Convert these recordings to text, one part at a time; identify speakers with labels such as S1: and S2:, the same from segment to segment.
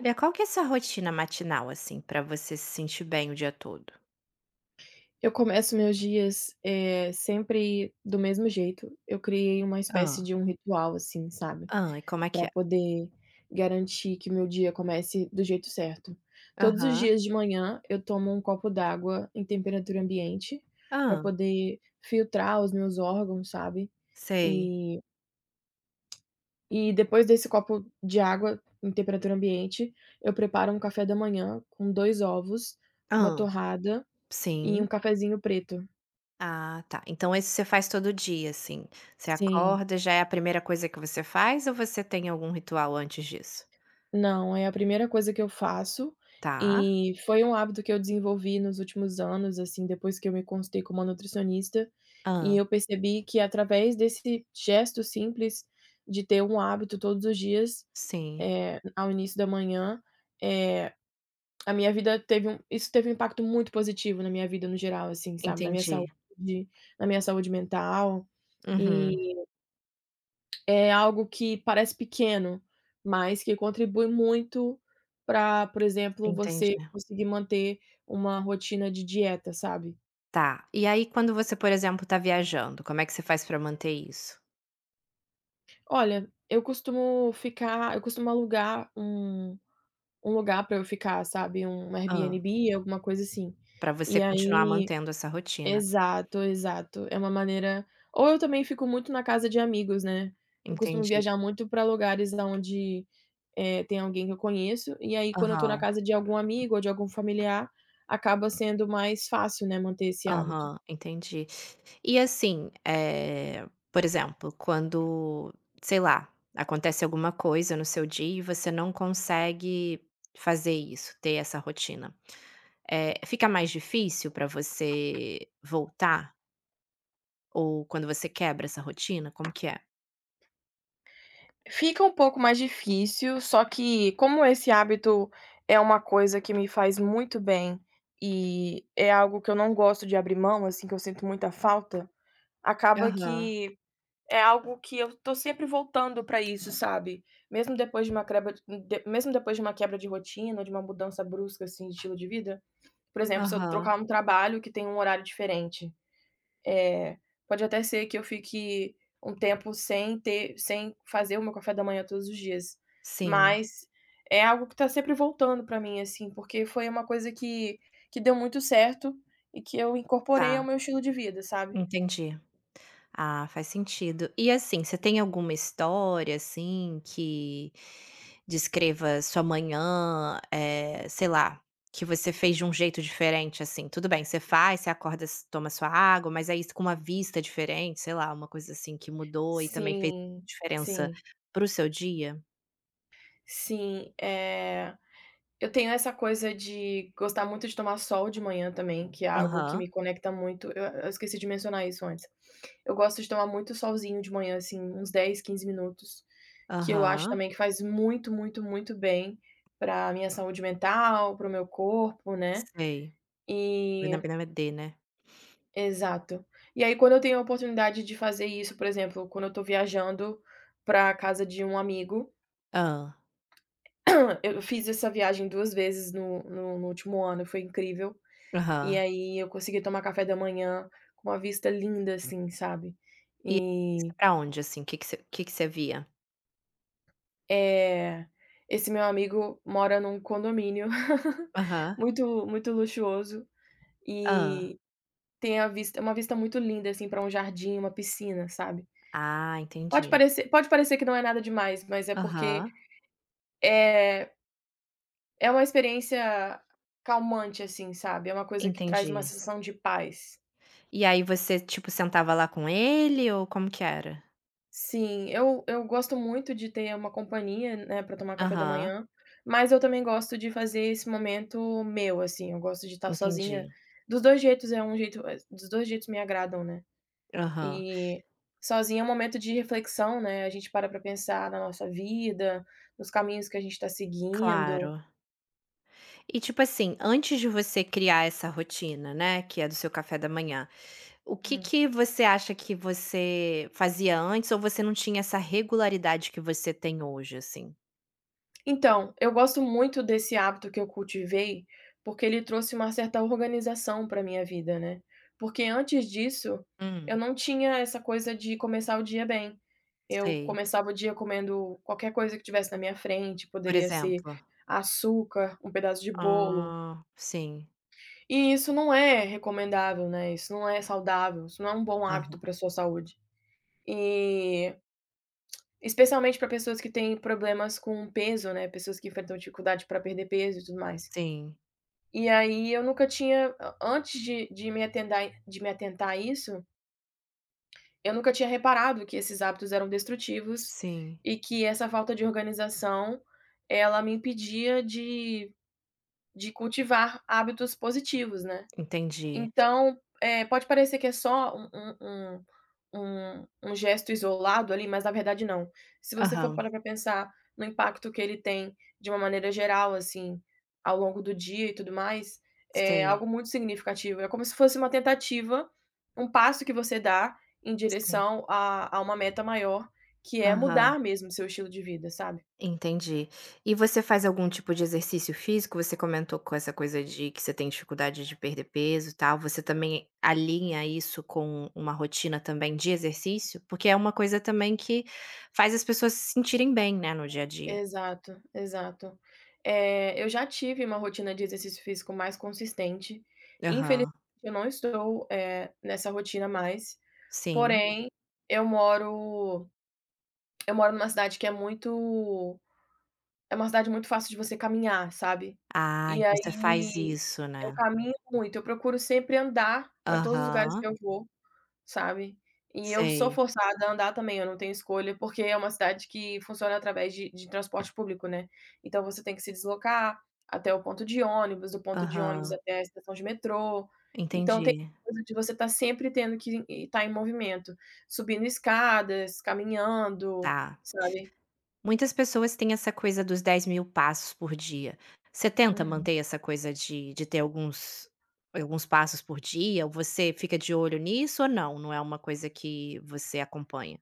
S1: Olha, qual que é essa rotina matinal, assim, pra você se sentir bem o dia todo?
S2: Eu começo meus dias, sempre do mesmo jeito. Eu criei uma espécie
S1: Hã,
S2: de um ritual, assim, sabe,
S1: hã, e como é que
S2: para
S1: é?
S2: poder garantir que meu dia comece do jeito certo. Todos os
S1: Aham.
S2: dias de manhã eu tomo um copo d'água em temperatura ambiente, para
S1: Hã,
S2: poder filtrar os meus órgãos, sabe,
S1: sei.
S2: e e depois desse copo de água em temperatura ambiente, eu preparo um café da manhã com 2 ovos, uma
S1: Hã,
S2: torrada e um
S1: sim.
S2: cafezinho preto.
S1: Ah, tá. Então isso você faz todo dia, assim, você
S2: Sim.
S1: acorda, já é a primeira coisa que você faz ou você tem algum ritual antes disso?
S2: Não, é a primeira coisa que eu faço,
S1: Tá.
S2: e foi um hábito que eu desenvolvi nos últimos anos, assim, depois que eu me consultei com uma nutricionista, e
S1: Hã,
S2: eu percebi que através desse gesto simples de ter um hábito todos os dias,
S1: sim,
S2: ao início da manhã, eh, a minha vida teve um isso teve um impacto muito positivo na minha vida no geral, assim, sabe,
S1: entendi.
S2: na minha saúde mental,
S1: Uhum,
S2: e é algo que parece pequeno, mas que contribui muito para, por exemplo,
S1: entendi.
S2: você conseguir manter uma rotina de dieta, sabe.
S1: Tá. E aí quando você, por exemplo, tá viajando, como é que você faz pra manter isso?
S2: Olha, eu costumo alugar um lugar para eu ficar, sabe, um
S1: Hã,
S2: Airbnb, alguma coisa assim.
S1: pra você
S2: E
S1: continuar
S2: aí
S1: mantendo essa rotina?
S2: exato, exato. É uma maneira, ou eu também fico muito na casa de amigos, né. Eu costumo
S1: Entendi.
S2: viajar muito para lugares aonde tem alguém que eu conheço, e aí quando eu tô na
S1: Aham,
S2: casa de algum amigo ou de algum familiar, acaba sendo mais fácil, né, manter esse hábito.
S1: aham, entendi. E assim, por exemplo, quando, sei lá, acontece alguma coisa no seu dia e você não consegue fazer isso, ter essa rotina, fica mais difícil pra você voltar? Ou quando você quebra essa rotina, como que é?
S2: Fica um pouco mais difícil, só que como esse hábito é uma coisa que me faz muito bem e é algo que eu não gosto de abrir mão, assim, que eu sinto muita falta, acaba
S1: Aham,
S2: que é algo que eu tô sempre voltando pra isso, sabe. Mesmo depois de uma quebra de Mesmo depois de uma quebra de rotina ou de uma mudança brusca, assim, de estilo de vida. Por exemplo, se eu
S1: aham,
S2: trocar um trabalho que tem um horário diferente, eh, pode até ser que eu fique um tempo sem fazer o meu café da manhã todos os dias,
S1: sim,
S2: mas é algo que está sempre voltando para mim, assim, porque foi uma coisa que deu muito certo e que eu incorporei ao
S1: tá,
S2: meu estilo de vida, sabe.
S1: entendi. Ah, faz sentido. E assim, você tem alguma história assim que descreva sua manhã, sei lá, que você fez de um jeito diferente assim? Tudo bem, você faz, você acorda, toma sua água, mas é isso com uma vista diferente, sei lá, uma coisa assim que mudou e também fez
S2: Sim,
S1: diferença
S2: sim,
S1: pro seu dia?
S2: sim, eu tenho essa coisa de gostar muito de tomar sol de manhã também, que é algo que
S1: Aham,
S2: me conecta muito. Eu esqueci de mencionar isso antes. Eu gosto de tomar muito solzinho de manhã, assim, uns 10, 15 minutos, que eu acho
S1: aham,
S2: também que faz muito, muito, muito bem para minha saúde mental, para o meu corpo, né.
S1: sei.
S2: E,
S1: Vitamina D, né?
S2: exato. E aí quando eu tenho a oportunidade de fazer isso, por exemplo, quando eu estou viajando para casa de um amigo,
S1: Ah,
S2: eu fiz essa viagem 2 vezes no último ano, foi incrível. E
S1: aham.
S2: aí eu consegui tomar café da manhã com uma vista linda, assim, sabe.
S1: E vista
S2: E
S1: pra onde assim? O que que você via?
S2: é, esse meu amigo mora num condomínio
S1: Aham,
S2: muito muito luxuoso
S1: ah.
S2: e tem a vista uma vista muito linda, assim, para um jardim, uma piscina, sabe.
S1: Ah, entendi.
S2: Pode parecer que não é nada demais, mas é
S1: Aham.
S2: porque é é uma experiência calmante, assim, sabe. É uma coisa que traz
S1: Entendi.
S2: uma sensação de paz.
S1: E aí você, tipo, sentava lá com ele ou como que era?
S2: Sim, eu gosto muito de ter uma companhia, né, para tomar café da
S1: Aham.
S2: manhã, mas eu também gosto de fazer esse momento meu, assim, eu gosto de estar
S1: Entendi.
S2: sozinha. Dos 2 jeitos me agradam, né.
S1: Aham,
S2: E sozinha é um momento de reflexão, né, a gente para para pensar na nossa vida, nos caminhos que a gente está seguindo.
S1: claro. E, tipo assim, antes de você criar essa rotina, né, que é do seu café da manhã, o que que você acha que você fazia antes ou você não tinha essa regularidade que você tem hoje, assim?
S2: Então, eu gosto muito desse hábito que eu cultivei, porque ele trouxe uma certa organização para minha vida, né. Porque antes disso, eu
S1: Hum.
S2: não tinha essa coisa de começar o dia bem. Eu
S1: Sei.
S2: começava o dia comendo qualquer coisa que tivesse na minha frente,
S1: Por
S2: poderia ser
S1: exemplo?
S2: açúcar, um pedaço de bolo,
S1: Ah, sim.
S2: e isso não é recomendável, né, isso não é saudável, isso não é um bom hábito
S1: Aham.
S2: para sua saúde. E, especialmente para pessoas que têm problemas com peso, né, pessoas que enfrentam dificuldade para perder peso e tudo mais.
S1: Sim,
S2: E aí eu nunca tinha a antes de me atentar a isso, eu nunca tinha reparado que esses hábitos eram destrutivos
S1: sim.
S2: e que essa falta de organização, ela me impedia de cultivar hábitos positivos, né.
S1: Entendi.
S2: Então, pode parecer que é só um gesto isolado ali, mas na verdade não. Se você for
S1: Aham.
S2: parar para pensar no impacto que ele tem de uma maneira geral, assim, ao longo do dia e tudo mais, é
S1: Sei,
S2: algo muito significativo. É como se fosse uma tentativa, um passo que você dá em
S1: sim.
S2: direção a uma meta maior, que é
S1: Aham,
S2: mudar mesmo seu estilo de vida, sabe?
S1: entendi. E você faz algum tipo de exercício físico? Você comentou com essa coisa de que você tem dificuldade de perder peso e tal, você também alinha isso com uma rotina também de exercício? Porque é uma coisa também que faz as pessoas se sentirem bem, né, no dia a dia.
S2: Exato, exato. Eu já tive uma rotina de exercício físico mais consistente. Infelizmente,
S1: Aham,
S2: eu não estou, nessa rotina mais,
S1: sim.
S2: porém, eu moro eu moro numa cidade que é muito é uma cidade muito fácil de você caminhar, sabe.
S1: Ah,
S2: E
S1: então você faz
S2: aí,
S1: isso,
S2: eu
S1: né.
S2: caminho muito, eu procuro sempre andar para todos os lugares
S1: Aham,
S2: que eu vou. Sabe? E eu sou
S1: sei.
S2: forçada a andar também, eu não tenho escolha, porque é uma cidade que funciona através de transporte público, né. Então você tem que se deslocar até o ponto de ônibus, do ponto de ônibus
S1: Aham,
S2: até a estação de metrô. Então tem
S1: entendi.
S2: coisa de você estar sempre tendo que estar em movimento, subindo escadas, caminhando,
S1: Tá.
S2: sabe?
S1: Muitas pessoas têm essa coisa dos 10.000 passos por dia. Você tenta
S2: Uhum.
S1: manter essa coisa de ter alguns passos por dia? Ou você fica de olho nisso ou não? Não é uma coisa que você acompanha?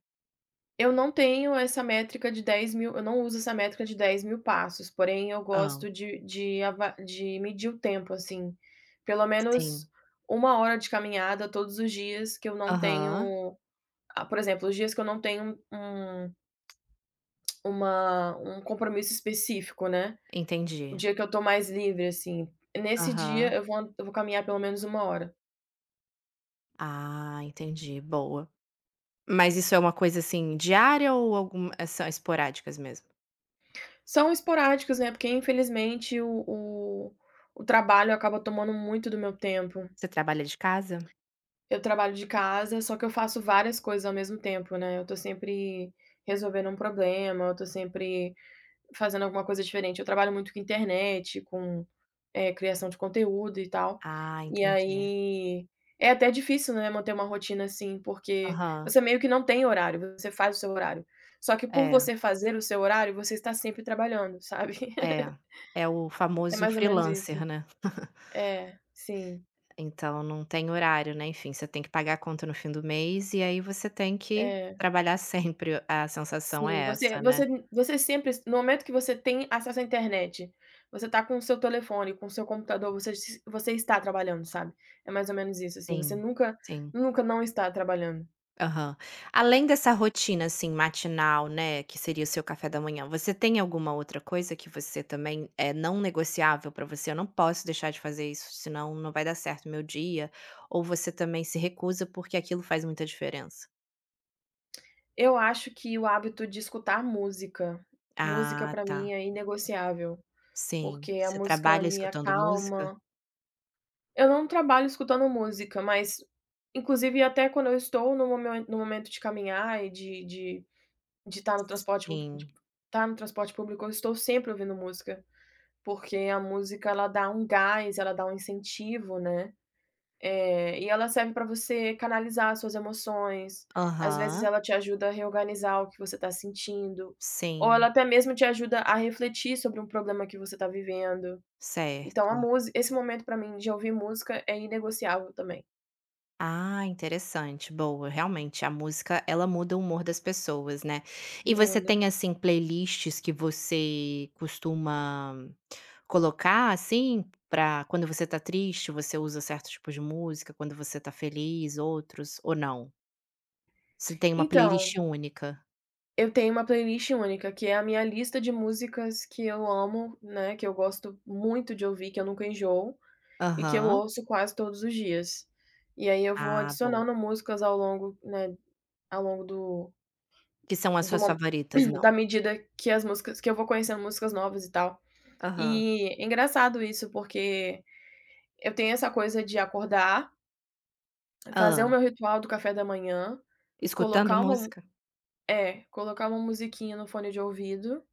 S2: Eu não tenho essa métrica de 10.000, eu não uso essa métrica de 10.000 passos, porém eu
S1: Hã,
S2: gosto de medir o tempo, assim. Pelo
S1: sim.
S2: menos uma hora de caminhada todos os dias que eu não
S1: Aham,
S2: tenho, por exemplo, os dias que eu não tenho um uma um compromisso específico, né, o
S1: entendi.
S2: dia que eu estou mais livre, assim. Nesse dia
S1: Aham.
S2: eu vou caminhar pelo menos uma hora.
S1: Ah, entendi, boa. Mas isso é uma coisa, assim, diária ou são esporádicas mesmo?
S2: São esporádicos, né, porque infelizmente o trabalho acaba tomando muito do meu tempo.
S1: Você trabalha de casa?
S2: Eu trabalho de casa, só que eu faço várias coisas ao mesmo tempo, né. Eu tô sempre resolvendo um problema, eu tô sempre fazendo alguma coisa diferente. Eu trabalho muito com internet, criação de conteúdo e tal.
S1: Ah,
S2: E
S1: entendi.
S2: aí é até difícil, né, manter uma rotina assim, porque
S1: Aham.
S2: você meio que não tem horário, você faz o seu horário. Só que por
S1: É,
S2: você fazer o seu horário, você está sempre trabalhando, sabe.
S1: é. É o
S2: É
S1: famoso
S2: mais ou menos isso.
S1: freelancer, né?
S2: É, sim,
S1: Então não tem horário, né, enfim, você tem que pagar a conta no fim do mês e aí você tem que
S2: é.
S1: trabalhar sempre, a sensação é
S2: Sim, você
S1: essa, né.
S2: você você sempre no momento que você tem acesso à internet, você tá com o seu telefone, com o seu computador, você está trabalhando, sabe. É mais ou menos isso, assim, você
S1: Sim,
S2: nunca
S1: sim.
S2: nunca não está trabalhando.
S1: Aham. Além dessa rotina, assim, matinal, né, que seria o seu café da manhã, você tem alguma outra coisa que você também é não negociável pra você: "Eu não posso deixar de fazer isso, senão não vai dar certo meu dia", ou você também se recusa porque aquilo faz muita diferença?
S2: Eu acho que o hábito de escutar música, música
S1: Ah,
S2: pra mim
S1: tá.
S2: é inegociável,
S1: Sim.
S2: porque a
S1: Você
S2: música
S1: trabalha
S2: me
S1: escutando música?
S2: acalma. Eu não trabalho escutando música, mas inclusive até quando eu estou no momento de caminhar e
S1: Sim.
S2: de estar no transporte público, eu estou sempre ouvindo música, porque a música ela dá um gás, ela dá um incentivo, né, e ela serve para você canalizar as suas emoções, às vezes
S1: Aham,
S2: ela te ajuda a reorganizar o que você está sentindo, ou
S1: sim,
S2: ela até mesmo te ajuda a refletir sobre um problema que você está vivendo. Então a
S1: certo.
S2: música, esse momento para mim de ouvir música é inegociável também.
S1: Ah, interessante, boa. Realmente, a música ela muda o humor das pessoas, né. E você
S2: Muda.
S1: tem, assim, playlists que você costuma colocar, assim, pra quando você está triste, você usa certo tipo de música, quando você está feliz, outros, ou não? Você tem uma playlist
S2: Então,
S1: única?
S2: eu tenho uma playlist única, que é a minha lista de músicas que eu amo, né, que eu gosto muito de ouvir, que eu nunca enjoo e que eu
S1: Aham.
S2: ouço quase todos os dias. E aí eu vou
S1: Ah, boa.
S2: adicionando músicas ao longo, né, ao longo do
S1: Que são as
S2: do
S1: suas
S2: mo
S1: favoritas, não?
S2: da medida que as músicas que eu vou conhecendo músicas novas e tal.
S1: Aham.
S2: E é engraçado isso, porque eu tenho essa coisa de acordar, fazer o
S1: Ah.
S2: meu ritual do café da manhã,
S1: Escutando
S2: colocar uma mu
S1: música?
S2: colocar uma musiquinha no fone de ouvido.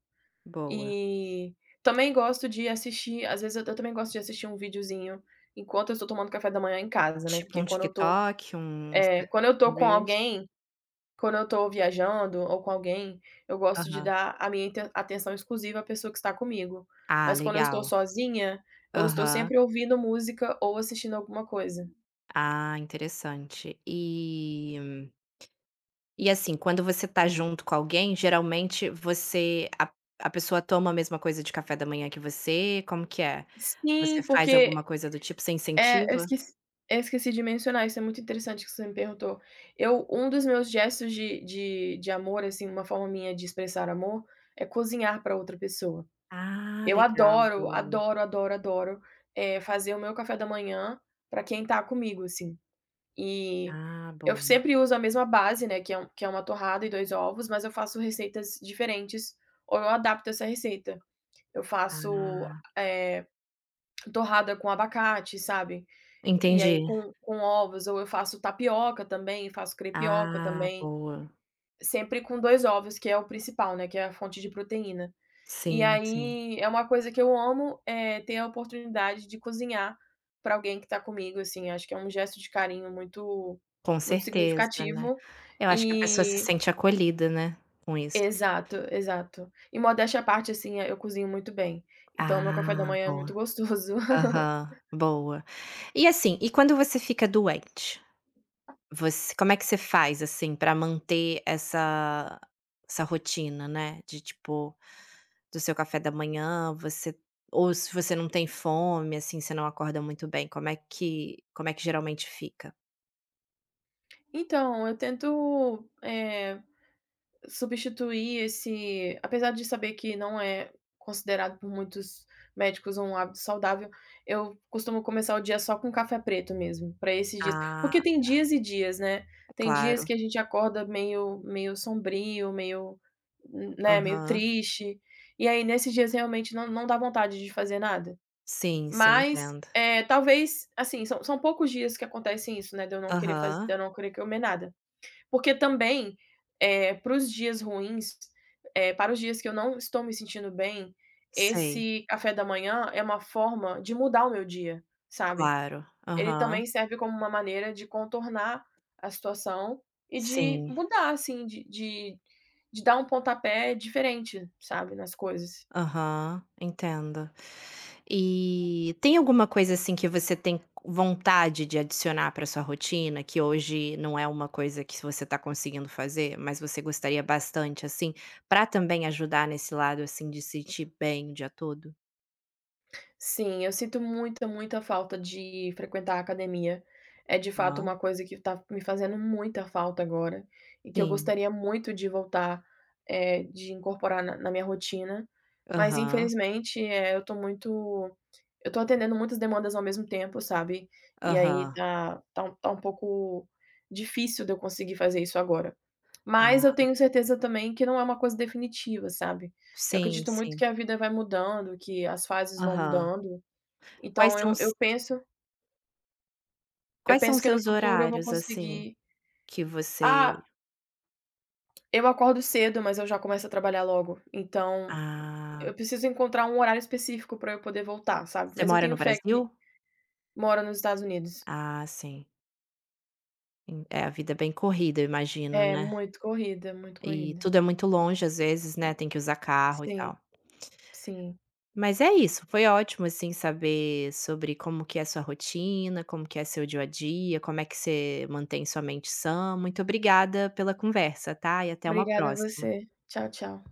S1: Boa.
S2: E também gosto de assistir, às vezes eu também gosto de assistir um videozinho enquanto eu estou tomando café da manhã em casa, né,
S1: Tipo
S2: porque
S1: um TikTok, um Insta
S2: quando eu
S1: um
S2: tô com
S1: Reels?
S2: alguém, quando eu tô viajando ou com alguém, eu gosto de
S1: Aham.
S2: dar a minha inte atenção exclusiva à pessoa que está comigo.
S1: Ah,
S2: Mas quando eu estou
S1: legal.
S2: sozinha, eu estou
S1: Aham.
S2: sempre ouvindo música ou assistindo alguma coisa.
S1: Ah, interessante. E assim, quando você tá junto com alguém, geralmente você a pessoa toma a mesma coisa de café da manhã que você, como que é? Você
S2: Sim,
S1: faz alguma coisa do tipo, você
S2: É, eu
S1: incentiva?
S2: esqueci eu esqueci de mencionar, isso é muito interessante que você me perguntou. Eu Um dos meus gestos de amor, assim, uma forma minha de expressar amor, é cozinhar para outra pessoa.
S1: Ah,
S2: Eu
S1: legal,
S2: adoro,
S1: boa.
S2: adoro, adoro, adoro, fazer o meu café da manhã para quem tá comigo, assim. E
S1: Ah,
S2: eu
S1: boa.
S2: sempre uso a mesma base, né, que é uma torrada e 2 ovos, mas eu faço receitas diferentes ou eu adapto essa receita. Eu faço,
S1: Ah,
S2: eh, torrada com abacate, sabe? E aí
S1: entendi.
S2: com ovos, ou eu faço tapioca também, faço crepioca
S1: Ah,
S2: também,
S1: boa.
S2: sempre com 2 ovos, que é o principal, né, que é a fonte de proteína. E
S1: Sim, sim.
S2: aí é uma coisa que eu amo, é ter a oportunidade de cozinhar para alguém que tá comigo, assim, acho que é um gesto de carinho muito
S1: Com
S2: muito
S1: certeza, né.
S2: significativo
S1: Eu acho que a pessoa se
S2: e
S1: sente acolhida, né, com isso.
S2: exato, exato. E modéstia à parte, assim, eu cozinho muito bem,
S1: Ah,
S2: então meu café da manhã é muito
S1: boa.
S2: gostoso.
S1: Aham, boa. E assim, e quando você fica doente, você como é que você faz, assim, pra manter essa rotina, né, de tipo, do seu café da manhã, você ou se você não tem fome, assim, você não acorda muito bem, como é que geralmente fica?
S2: Então, eu tento. Eh Substituir esse Apesar de saber que não é considerado por muitos médicos um hábito saudável, eu costumo começar o dia só com café preto mesmo, para esses dias
S1: Ah,
S2: porque tem dias e dias, né. Tem dias
S1: claro.
S2: que a gente acorda meio sombrio, meio, né, meio
S1: Aham.
S2: triste, e aí nesses dias realmente não dá vontade de fazer nada.
S1: Sim, sim,
S2: Mas,
S1: entendo.
S2: talvez, assim, são poucos dias que acontece isso, né, de eu não querer fazer, de
S1: Aham,
S2: eu não querer comer nada. Porque também, para os dias ruins, para os dias que eu não estou me sentindo bem,
S1: sei.
S2: esse café da manhã é uma forma de mudar o meu dia, sabe.
S1: Claro,
S2: Ele
S1: aham,
S2: também serve como uma maneira de contornar a situação e de
S1: sim,
S2: mudar, assim, de dar um pontapé diferente, sabe, nas coisas.
S1: aham, entendo. E tem alguma coisa, assim, que você tem vontade de adicionar para sua rotina, que hoje não é uma coisa que você está conseguindo fazer, mas você gostaria bastante, assim, para também ajudar nesse lado, assim, de se sentir bem o dia todo?
S2: Sim, eu sinto muita, muita falta de frequentar a academia. É de fato
S1: Hã,
S2: uma coisa que tá me fazendo muita falta agora e que eu
S1: sim,
S2: gostaria muito de voltar, de incorporar na minha rotina, mas
S1: aham,
S2: infelizmente, eu tô atendendo muitas demandas ao mesmo tempo, sabe, e aí
S1: aham.
S2: tá um pouco difícil de eu conseguir fazer isso agora. Mas
S1: Ah,
S2: eu tenho certeza também que não é uma coisa definitiva, sabe. Eu
S1: sim,
S2: acredito muito
S1: sim,
S2: que a vida vai mudando, que as fases vão
S1: aham.
S2: mudando,
S1: Quais
S2: então
S1: são
S2: eu
S1: os
S2: eu penso eu
S1: Quais são
S2: penso
S1: os
S2: que no
S1: seus
S2: futuro eu vou
S1: horários, assim,
S2: conseguir.
S1: que você
S2: ah, eu acordo cedo, mas eu já começo a trabalhar logo, então
S1: ah.
S2: eu preciso encontrar um horário específico para eu poder voltar, sabe.
S1: Você
S2: Mas eu
S1: mora no
S2: tenho fé
S1: Brasil?
S2: que. Mora nos Estados Unidos.
S1: Ah, sim. En É, a vida é bem corrida, eu imagino,
S2: É,
S1: né.
S2: muito corrida, muito
S1: E
S2: corrida.
S1: tudo é muito longe, às vezes, né, tem que usar carro e tal.
S2: Sim, sim.
S1: Mas é isso, foi ótimo, assim, saber sobre como que é sua rotina, como que é seu dia a dia, como é que você mantém sua mente sã. Muito obrigada pela conversa, tá, e até uma
S2: Obrigada a
S1: próxima.
S2: você. Tchau, tchau.